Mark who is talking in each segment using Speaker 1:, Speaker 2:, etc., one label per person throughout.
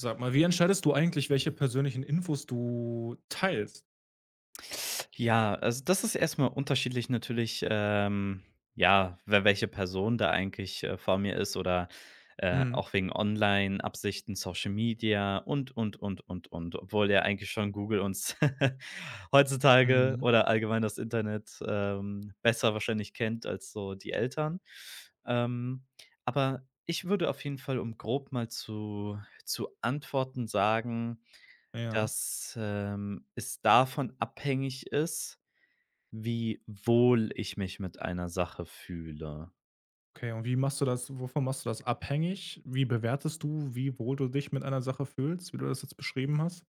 Speaker 1: Sag mal, wie entscheidest du eigentlich, welche persönlichen Infos du teilst?
Speaker 2: Ja, also das ist erstmal unterschiedlich natürlich, ja, wer welche Person da eigentlich, vor mir ist oder,
Speaker 1: Mhm.
Speaker 2: auch wegen Online-Absichten, Social Media und, obwohl ja eigentlich schon Google uns heutzutage
Speaker 1: Mhm.
Speaker 2: oder allgemein das Internet, besser wahrscheinlich kennt als so die Eltern. Ähm, aber ich würde auf jeden Fall, um grob mal zu antworten, sagen
Speaker 1: Ja.
Speaker 2: dass, es davon abhängig ist, wie wohl ich mich mit einer Sache fühle.
Speaker 1: Okay, und wie machst du das wovon machst du das abhängig? Wie bewertest du, wie wohl du dich mit einer Sache fühlst, wie du das jetzt beschrieben hast?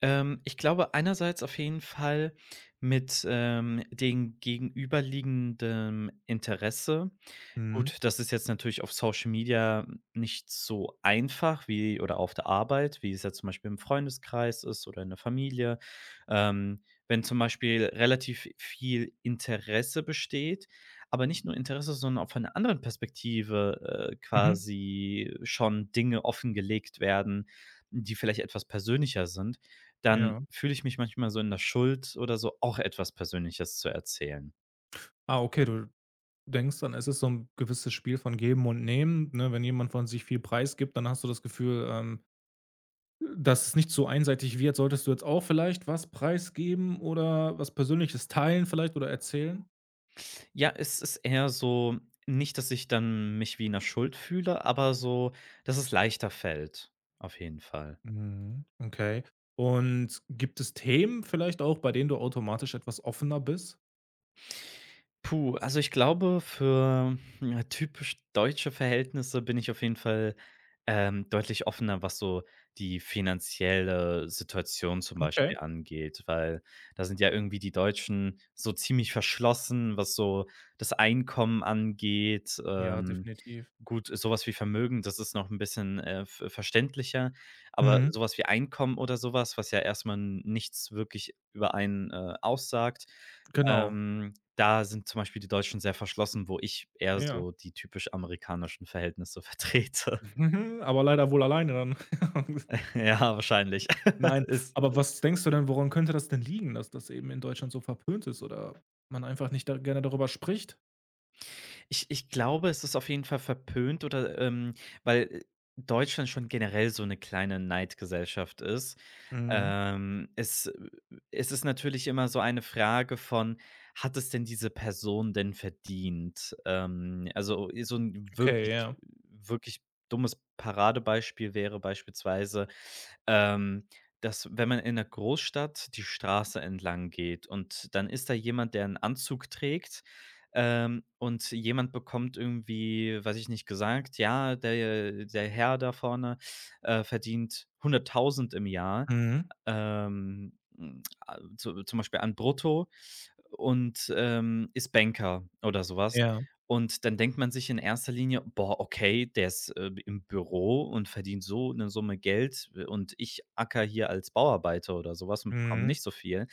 Speaker 2: Ich glaube einerseits auf jeden Fall mit, dem gegenüberliegenden Interesse.
Speaker 1: Mhm.
Speaker 2: Gut, das ist jetzt natürlich auf Social Media nicht so einfach wie oder auf der Arbeit, wie es ja zum Beispiel im Freundeskreis ist oder in der Familie. Ähm, wenn zum Beispiel relativ viel Interesse besteht, aber nicht nur Interesse, sondern auch von einer anderen Perspektive
Speaker 1: Mhm.
Speaker 2: quasi schon Dinge offengelegt werden, die vielleicht etwas persönlicher sind, dann
Speaker 1: Ja.
Speaker 2: fühle ich mich manchmal so in der Schuld oder so, auch etwas Persönliches zu erzählen.
Speaker 1: Ah, okay, du denkst dann, es ist so ein gewisses Spiel von Geben und Nehmen, ne? Wenn jemand von sich viel preisgibt, dann hast du das Gefühl, dass es nicht so einseitig wird. Solltest du jetzt auch vielleicht was preisgeben oder was Persönliches teilen vielleicht oder erzählen?
Speaker 2: Ja, es ist eher so nicht, dass ich dann mich wie in 'ner Schuld fühle, aber so, dass es leichter fällt, auf jeden Fall.
Speaker 1: Mhm, okay. Und gibt es Themen vielleicht auch, bei denen du automatisch etwas offener bist?
Speaker 2: Puh, also ich glaube, für, ja, typisch deutsche Verhältnisse bin ich auf jeden Fall, deutlich offener, was so die finanzielle Situation zum
Speaker 1: Okay.
Speaker 2: Beispiel angeht, weil da sind ja irgendwie die Deutschen so ziemlich verschlossen, was so das Einkommen angeht.
Speaker 1: Ja, definitiv.
Speaker 2: Gut, sowas wie Vermögen, das ist noch ein bisschen, verständlicher, aber
Speaker 1: Mhm,
Speaker 2: sowas wie Einkommen oder sowas, was, ja erstmal nichts wirklich über einen, aussagt,
Speaker 1: genau.
Speaker 2: ähm da sind zum Beispiel die Deutschen sehr verschlossen, wo ich eher
Speaker 1: Ja.
Speaker 2: so die typisch amerikanischen Verhältnisse vertrete.
Speaker 1: Aber leider wohl alleine dann.
Speaker 2: Ja, wahrscheinlich.
Speaker 1: Nein,
Speaker 2: Ist
Speaker 1: aber was denkst du denn, woran könnte das denn liegen, dass das eben in Deutschland so verpönt ist oder man einfach nicht da gerne darüber spricht?
Speaker 2: Ich ich glaube, es ist auf jeden Fall verpönt oder, weil, Deutschland schon generell so eine kleine Neidgesellschaft ist.
Speaker 1: Mhm,
Speaker 2: Ähm, es, äh Es ist natürlich immer so eine Frage von: „Hat es denn diese Person denn verdient?“ So ein
Speaker 1: okay,
Speaker 2: wirklich
Speaker 1: ja.
Speaker 2: wirklich dummes Paradebeispiel wäre beispielsweise, ähm, dass wenn man in einer Großstadt die Straße entlang geht und dann ist da jemand, der einen Anzug trägt, und jemand bekommt irgendwie, weiß ich nicht, gesagt: „Ja, der Herr da vorne, verdient 100.000 im Jahr,
Speaker 1: Mhm,
Speaker 2: m, a zu zum Beispiel an brutto und, ist Banker“ oder sowas.
Speaker 1: ja.
Speaker 2: Und dann denkt man sich in erster Linie: „Boah, okay, der ist, im Büro und verdient so eine Summe Geld, und ich acker hier als Bauarbeiter oder sowas und bekomme
Speaker 1: Mhm,
Speaker 2: nicht so viel.“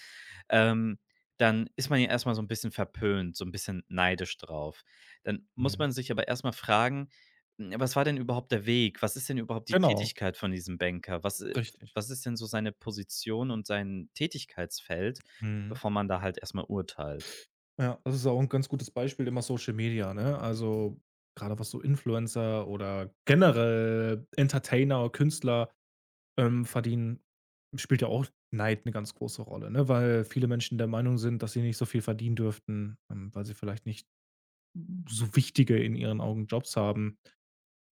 Speaker 2: ähm, dann ist man ja erst mal so ein bisschen verpönt, so ein bisschen neidisch drauf. Dann muss
Speaker 1: mhm.
Speaker 2: man sich aber erst mal fragen: „Hm, was war denn überhaupt der Weg? Was ist denn überhaupt die
Speaker 1: Genau,
Speaker 2: Tätigkeit von diesem Banker?
Speaker 1: richtig.
Speaker 2: Was ist denn so seine Position und sein Tätigkeitsfeld?“
Speaker 1: Mhm.
Speaker 2: Bevor man da halt erst mal urteilt.
Speaker 1: Ja, das ist auch ein ganz gutes Beispiel immer Social Media, ne? Also, gerade was so Influencer oder generell Entertainer, Künstler, verdienen, spielt ja auch Neid eine ganz große Rolle, ne? Weil viele Menschen der Meinung sind, dass sie nicht so viel verdienen dürften, weil sie vielleicht nicht so wichtige in ihren Augen Jobs haben.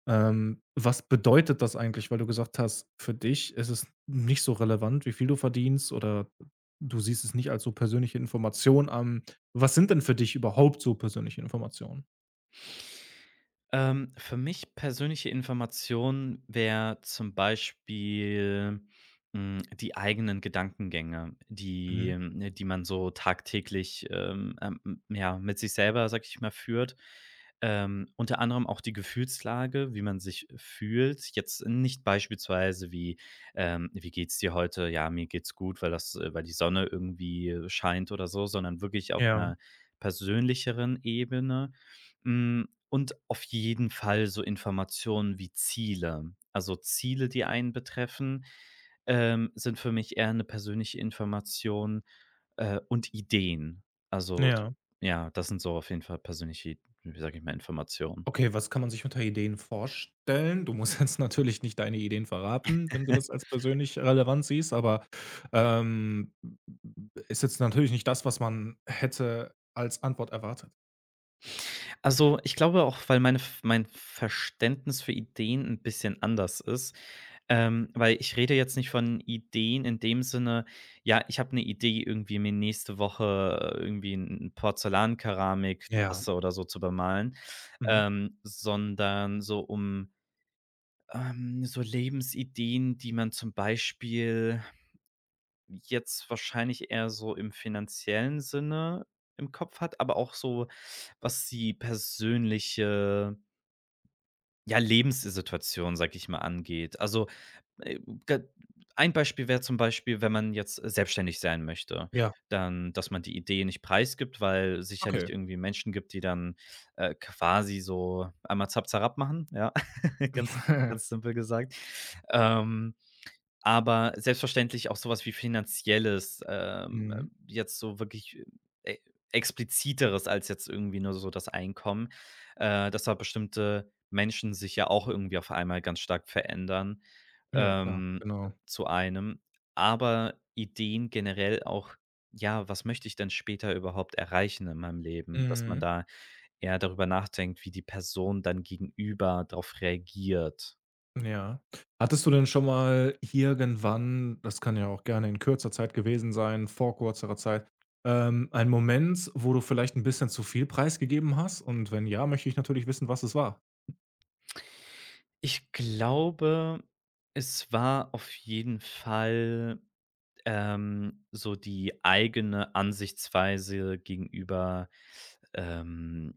Speaker 1: Was bedeutet das eigentlich? Weil du gesagt hast, für dich ist es nicht so relevant, wie viel du verdienst oder du siehst es nicht als so persönliche Information an. Was sind denn für dich überhaupt so persönliche Informationen?
Speaker 2: Für mich persönliche Information wäre zum Beispiel, hm, die eigenen Gedankengänge, die
Speaker 1: Mhm.
Speaker 2: die man so tagtäglich, ja, mit sich selber, sag ich mal, führt. Unter anderem auch die Gefühlslage, wie man sich fühlt. Jetzt nicht beispielsweise wie, „Wie geht's dir heute?“ „Ja, mir geht's gut, weil das weil die Sonne irgendwie scheint“ oder so, sondern wirklich auf
Speaker 1: Ja,
Speaker 2: einer persönlicheren Ebene. Hm, und auf jeden Fall so Informationen wie Ziele. Also, Ziele, die einen betreffen, sind für mich eher eine persönliche Information, und Ideen. Also, so
Speaker 1: ja.
Speaker 2: ja, das sind so auf jeden Fall persönliche, wie sage ich mal, Informationen.
Speaker 1: Okay, was kann man sich unter Ideen vorstellen? Du musst jetzt natürlich nicht deine Ideen verraten, wenn du das als persönlich relevant siehst, aber, ähm, ist jetzt natürlich nicht das, was man hätte als Antwort erwartet.
Speaker 2: Also, ich glaube auch, weil mein Verständnis für Ideen ein bisschen anders ist, weil ich rede jetzt nicht von Ideen in dem Sinne, ja, ich habe eine Idee, irgendwie mir nächste Woche irgendwie 'n
Speaker 1: Ja.
Speaker 2: Porzellankeramiktasse oder so zu bemalen,
Speaker 1: Mhm.
Speaker 2: sondern so um, so Lebensideen, die man zum Beispiel jetzt wahrscheinlich eher so im finanziellen Sinne im Kopf hat, aber auch so, was die persönliche ja, Lebenssituation, sage ich mal, angeht. Also, äh, ga ein Beispiel wäre zum Beispiel, wenn man jetzt selbstständig sein möchte,
Speaker 1: Ja,
Speaker 2: dann dass man die Idee nicht preisgibt, weil sicherlich
Speaker 1: okay.
Speaker 2: irgendwie Menschen gibt, die dann, quasi so einmal zap, zarap machen, ja, ganz ganz simpel gesagt. Ähm, aber selbstverständlich auch sowas wie Finanzielles,
Speaker 1: Mhm.
Speaker 2: jetzt so wirklich e Expliziteres als jetzt irgendwie nur so das Einkommen, dass da bestimmte Menschen sich ja auch irgendwie auf einmal ganz stark verändern,
Speaker 1: Ja, klar,
Speaker 2: ähm,
Speaker 1: genau.
Speaker 2: zu einem. Aber Ideen generell auch: „Ja, was möchte ich denn später überhaupt erreichen in meinem Leben?“ Dass man
Speaker 1: Mhm.
Speaker 2: da eher darüber nachdenkt, wie die Person dann gegenüber darauf reagiert.
Speaker 1: Ja. Hattest du denn schon mal irgendwann, das kann ja auch gerne in kürzer Zeit gewesen sein, vor kürzerer Zeit, einen Moment, wo du vielleicht ein bisschen zu viel preisgegeben hast? Und wenn ja, möchte ich natürlich wissen, was es war.
Speaker 2: Ich glaube, es war auf jeden Fall, so die eigene Ansichtsweise gegenüber, ähm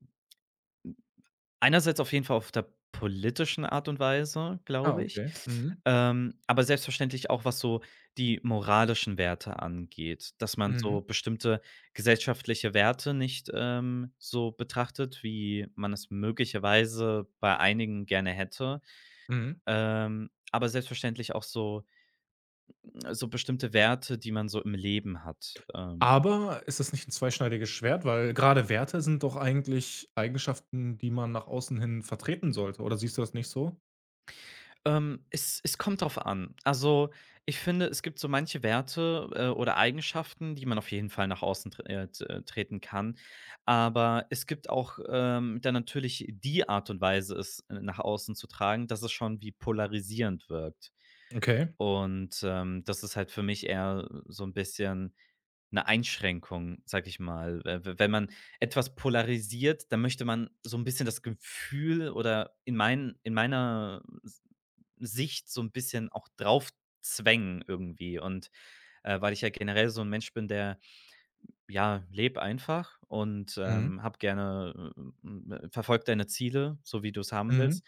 Speaker 2: einerseits auf jeden Fall auf der politischen Art und Weise,
Speaker 1: Ah,
Speaker 2: glaube ich,
Speaker 1: okay. Mhm.
Speaker 2: aber selbstverständlich auch, was so die moralischen Werte angeht, dass man
Speaker 1: Mhm.
Speaker 2: so bestimmte gesellschaftliche Werte nicht, so betrachtet, wie man es möglicherweise bei einigen gerne hätte.
Speaker 1: Mhm.
Speaker 2: Aber selbstverständlich auch so so bestimmte Werte, die man so im Leben hat.
Speaker 1: Aber ist das nicht ein zweischneidiges Schwert? Weil gerade Werte sind doch eigentlich Eigenschaften, die man nach außen hin vertreten sollte. Oder siehst du das nicht so?
Speaker 2: Es kommt drauf an. Also, ich finde, es gibt so manche Werte, oder Eigenschaften, die man auf jeden Fall nach außen treten kann. Aber es gibt auch, dann natürlich die Art und Weise, es, nach außen zu tragen, dass es schon wie polarisierend wirkt.
Speaker 1: Okay.
Speaker 2: Und, das ist halt für mich eher so ein bisschen eine Einschränkung, sage ich mal. We we Wenn man etwas polarisiert, dann möchte man so ein bisschen das Gefühl oder in meiner S Sicht so ein bisschen auch drauf zwängen irgendwie. Und, weil ich ja generell so ein Mensch bin, der ja, lebe einfach und,
Speaker 1: Mhm.
Speaker 2: habe gerne, verfolge deine Ziele, so wie du es haben
Speaker 1: Mhm.
Speaker 2: willst,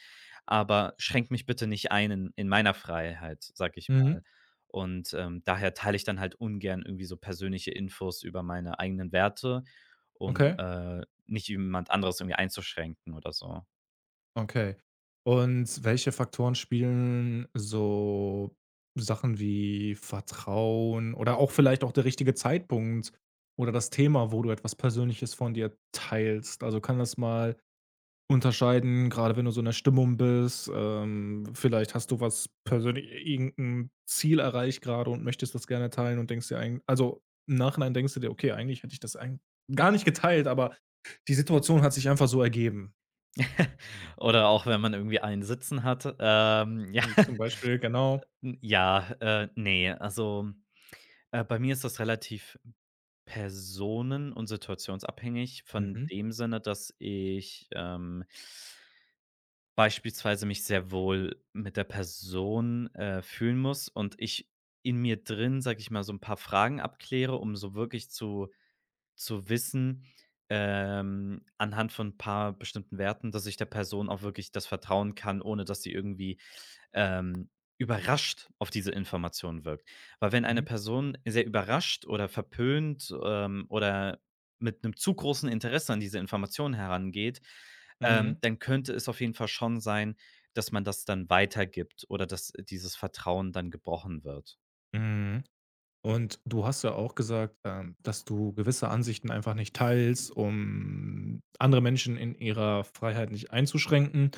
Speaker 2: aber schränke mich bitte nicht ein in meiner Freiheit, sag ich
Speaker 1: Mhm.
Speaker 2: mal. Und, daher teile ich dann halt ungern irgendwie so persönliche Infos über meine eigenen Werte, um,
Speaker 1: Okay.
Speaker 2: nicht jemand anderes irgendwie einzuschränken oder so.
Speaker 1: Okay. Und welche Faktoren spielen so Sachen wie Vertrauen oder auch vielleicht auch der richtige Zeitpunkt oder das Thema, wo du etwas Persönliches von dir teilst? Also, kann das mal unterscheiden, gerade wenn du so in der Stimmung bist, vielleicht hast du was persönlich irgendein Ziel erreicht gerade und möchtest das gerne teilen und denkst dir eigentlich, also, im Nachhinein denkst du dir: „Okay, eigentlich hätte ich das eigentlich gar nicht geteilt, aber die Situation hat sich einfach so ergeben.“
Speaker 2: Oder auch wenn man irgendwie einen sitzen hat, ja,
Speaker 1: Hm, zum Beispiel, genau.
Speaker 2: Ja, ne, also, bei mir ist das relativ personen und situationsabhängig von
Speaker 1: Mhm,
Speaker 2: dem Sinne, dass ich, beispielsweise mich sehr wohl mit der Person, fühlen muss und ich in mir drin, sage ich mal, so ein paar Fragen abkläre, um so wirklich zu wissen, anhand von ein paar bestimmten Werten, dass ich der Person auch wirklich das vertrauen kann, ohne dass sie irgendwie ähm, überrascht auf diese Information wirkt. Weil wenn eine
Speaker 1: mhm,
Speaker 2: Person sehr überrascht oder verpönt, oder mit einem zu großen Interesse an diese Information herangeht,
Speaker 1: mhm,
Speaker 2: dann könnte es auf jeden Fall schon sein, dass man das dann weitergibt oder dass dieses Vertrauen dann gebrochen wird.
Speaker 1: mhm. Und du hast ja auch gesagt, dass du gewisse Ansichten einfach nicht teilst, um andere Menschen in ihrer Freiheit nicht einzuschränken.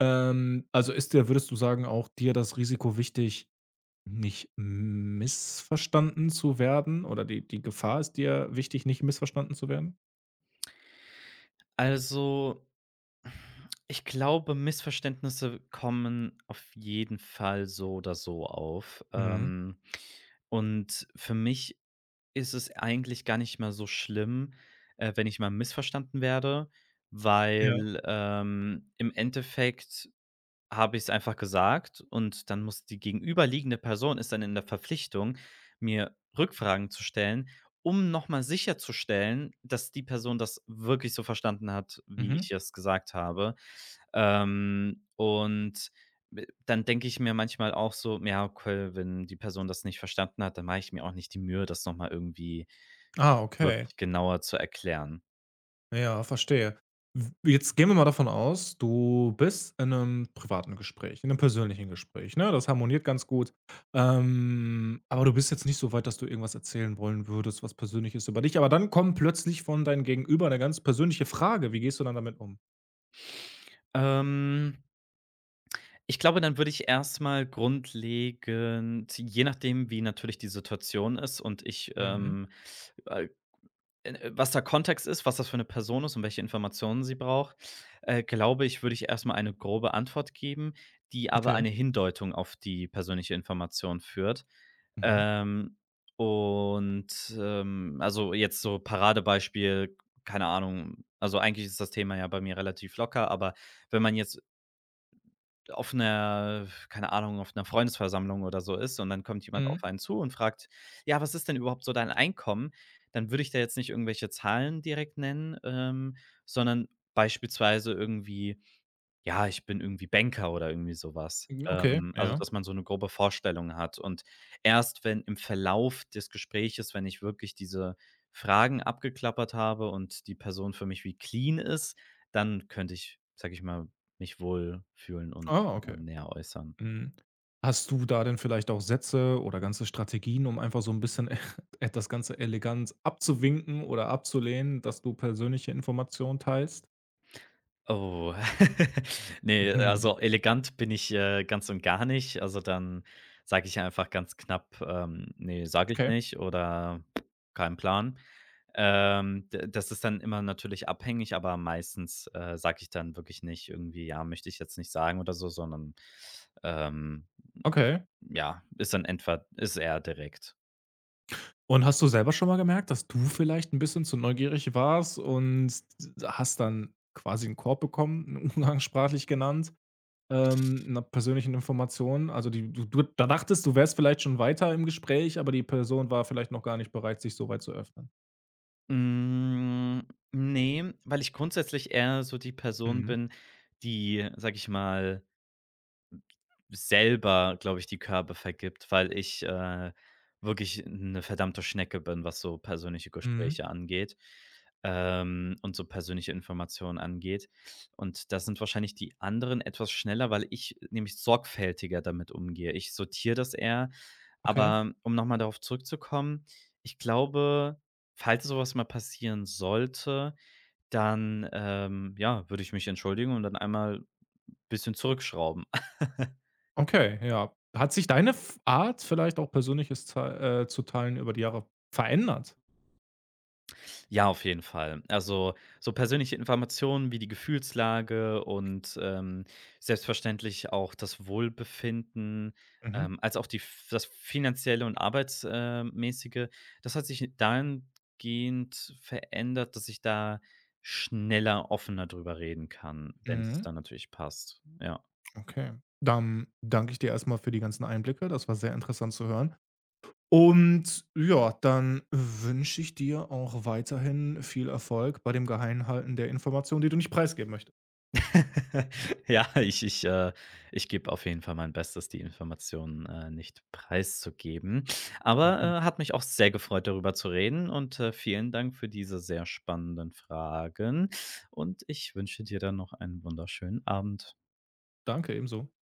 Speaker 1: Also ist dir, würdest du sagen, auch dir das Risiko wichtig, nicht missverstanden zu werden? Oder die Gefahr ist dir wichtig, nicht missverstanden zu werden?
Speaker 2: Also, ich glaube, Missverständnisse kommen auf jeden Fall so oder so auf.
Speaker 1: Mhm.
Speaker 2: Und für mich ist es eigentlich gar nicht mehr so schlimm, wenn ich mal missverstanden werde,
Speaker 1: Ja.
Speaker 2: weil, im Endeffekt habe ich es einfach gesagt und dann muss die gegenüberliegende Person ist dann in der Verpflichtung, mir Rückfragen zu stellen, um noch mal sicherzustellen, dass die Person das wirklich so verstanden hat, wie
Speaker 1: Mhm.
Speaker 2: ich es gesagt habe. Und b Dann denke ich mir manchmal auch so: „Ja, okay, wenn die Person das nicht verstanden hat, dann mache ich mir auch nicht die Mühe, das noch mal irgendwie
Speaker 1: Ah, okay.
Speaker 2: wirklich genauer zu erklären.“
Speaker 1: Ja, verstehe. W Jetzt gehen wir mal davon aus, du bist in einem privaten Gespräch, in einem persönlichen Gespräch, ne? Das harmoniert ganz gut. Aber du bist jetzt nicht so weit, dass du irgendwas erzählen wollen würdest, was persönlich ist über dich. Aber dann kommt plötzlich von deinem Gegenüber eine ganz persönliche Frage. Wie gehst du dann damit um?
Speaker 2: Ähm. Ich glaube, dann würde ich erstmal grundlegend je nachdem, wie natürlich die Situation ist und ich,
Speaker 1: Mhm.
Speaker 2: äh, was der Kontext ist, was das für eine Person ist und welche Informationen sie braucht, glaube ich, würde ich erstmal eine grobe Antwort geben, die aber
Speaker 1: Okay.
Speaker 2: eine Hindeutung auf die persönliche Information führt.
Speaker 1: Mhm.
Speaker 2: Ähm, also, jetzt so Paradebeispiel, keine Ahnung, also, eigentlich ist das Thema ja bei mir relativ locker, aber wenn man jetzt auf 'ner keine Ahnung, auf 'ner Freundesversammlung oder so ist und dann kommt jemand
Speaker 1: Mhm.
Speaker 2: auf einen zu und fragt: „Ja, was ist denn überhaupt so dein Einkommen?“ Dann würde ich da jetzt nicht irgendwelche Zahlen direkt nennen, sondern beispielsweise irgendwie ja, ich bin irgendwie Banker oder irgendwie sowas.
Speaker 1: Hm, okay,
Speaker 2: Also,
Speaker 1: ja.
Speaker 2: dass man so eine grobe Vorstellung hat. Und erst wenn im Verlauf des Gespräches, wenn ich wirklich diese Fragen abgeklappert habe und die Person für mich wie clean ist, dann könnte ich, sage ich mal, mich wohl fühlen und,
Speaker 1: Ah, okay.
Speaker 2: näher äußern.
Speaker 1: Mhm. Hast du da denn vielleicht auch Sätze oder ganze Strategien, um einfach so ein bisschen e das Ganze elegant abzuwinken oder abzulehnen, dass du persönliche Informationen teilst?
Speaker 2: Oh, ne,
Speaker 1: Mhm.
Speaker 2: also, elegant bin ich, ganz und gar nicht. Also, dann sage ich einfach ganz knapp, „Ne, sage ich
Speaker 1: Okay,
Speaker 2: nicht“ oder „Kein Plan.“ d Das ist dann immer natürlich abhängig, aber meistens, sage ich dann wirklich nicht irgendwie: „Ja, möchte ich jetzt nicht sagen“ oder so, sondern, ähm,
Speaker 1: okay.
Speaker 2: ja, ist dann entweder ist eher direkt.
Speaker 1: Und hast du selber schon mal gemerkt, dass du vielleicht ein bisschen zu neugierig warst und hast dann quasi einen Korb bekommen, umgangssprachlich genannt, 'ner persönlichen Information? Also, die du da dachtest, du wärst vielleicht schon weiter im Gespräch, aber die Person war vielleicht noch gar nicht bereit, sich so weit zu öffnen.
Speaker 2: Hm, ne, weil ich grundsätzlich eher so die Person
Speaker 1: Mhm,
Speaker 2: bin, die, sage ich mal selber, glaube ich, die Körbe vergibt, weil ich, wirklich eine verdammte Schnecke bin, was so persönliche
Speaker 1: mhm.
Speaker 2: Gespräche angeht, und so persönliche Informationen angeht. Und da sind wahrscheinlich die anderen etwas schneller, weil ich nämlich sorgfältiger damit umgehe. Ich sortiere das eher,
Speaker 1: Okay,
Speaker 2: aber um noch mal darauf zurückzukommen, ich glaube, falls so was mal passieren sollte, dann, ja, würde ich mich entschuldigen und dann einmal ein bisschen zurückschrauben.
Speaker 1: okay, ja. Hat sich deine F Art, vielleicht auch Persönliches tei zu teilen, über die Jahre verändert?
Speaker 2: Ja, auf jeden Fall. Also, so persönliche Informationen wie die Gefühlslage und, selbstverständlich auch das Wohlbefinden,
Speaker 1: Mhm,
Speaker 2: als auch die f das Finanzielle und arbeitsmäßige, das hat sich dahingehend verändert, dass ich da schneller, offener drüber reden kann, wenn es
Speaker 1: mhm,
Speaker 2: dann natürlich passt. Ja.
Speaker 1: okay. Dann danke ich dir erstmal für die ganzen Einblicke. Das war sehr interessant zu hören. Und ja, dann wünsche ich dir auch weiterhin viel Erfolg bei dem Geheimhalten der Informationen, die du nicht preisgeben möchtest.
Speaker 2: Ja, ich gebe auf jeden Fall mein Bestes, die Informationen, nicht preiszugeben. Aber, hat mich auch sehr gefreut, darüber zu reden und, vielen Dank für diese sehr spannenden Fragen und ich wünsche dir dann noch einen wunderschönen Abend.
Speaker 1: Danke, ebenso.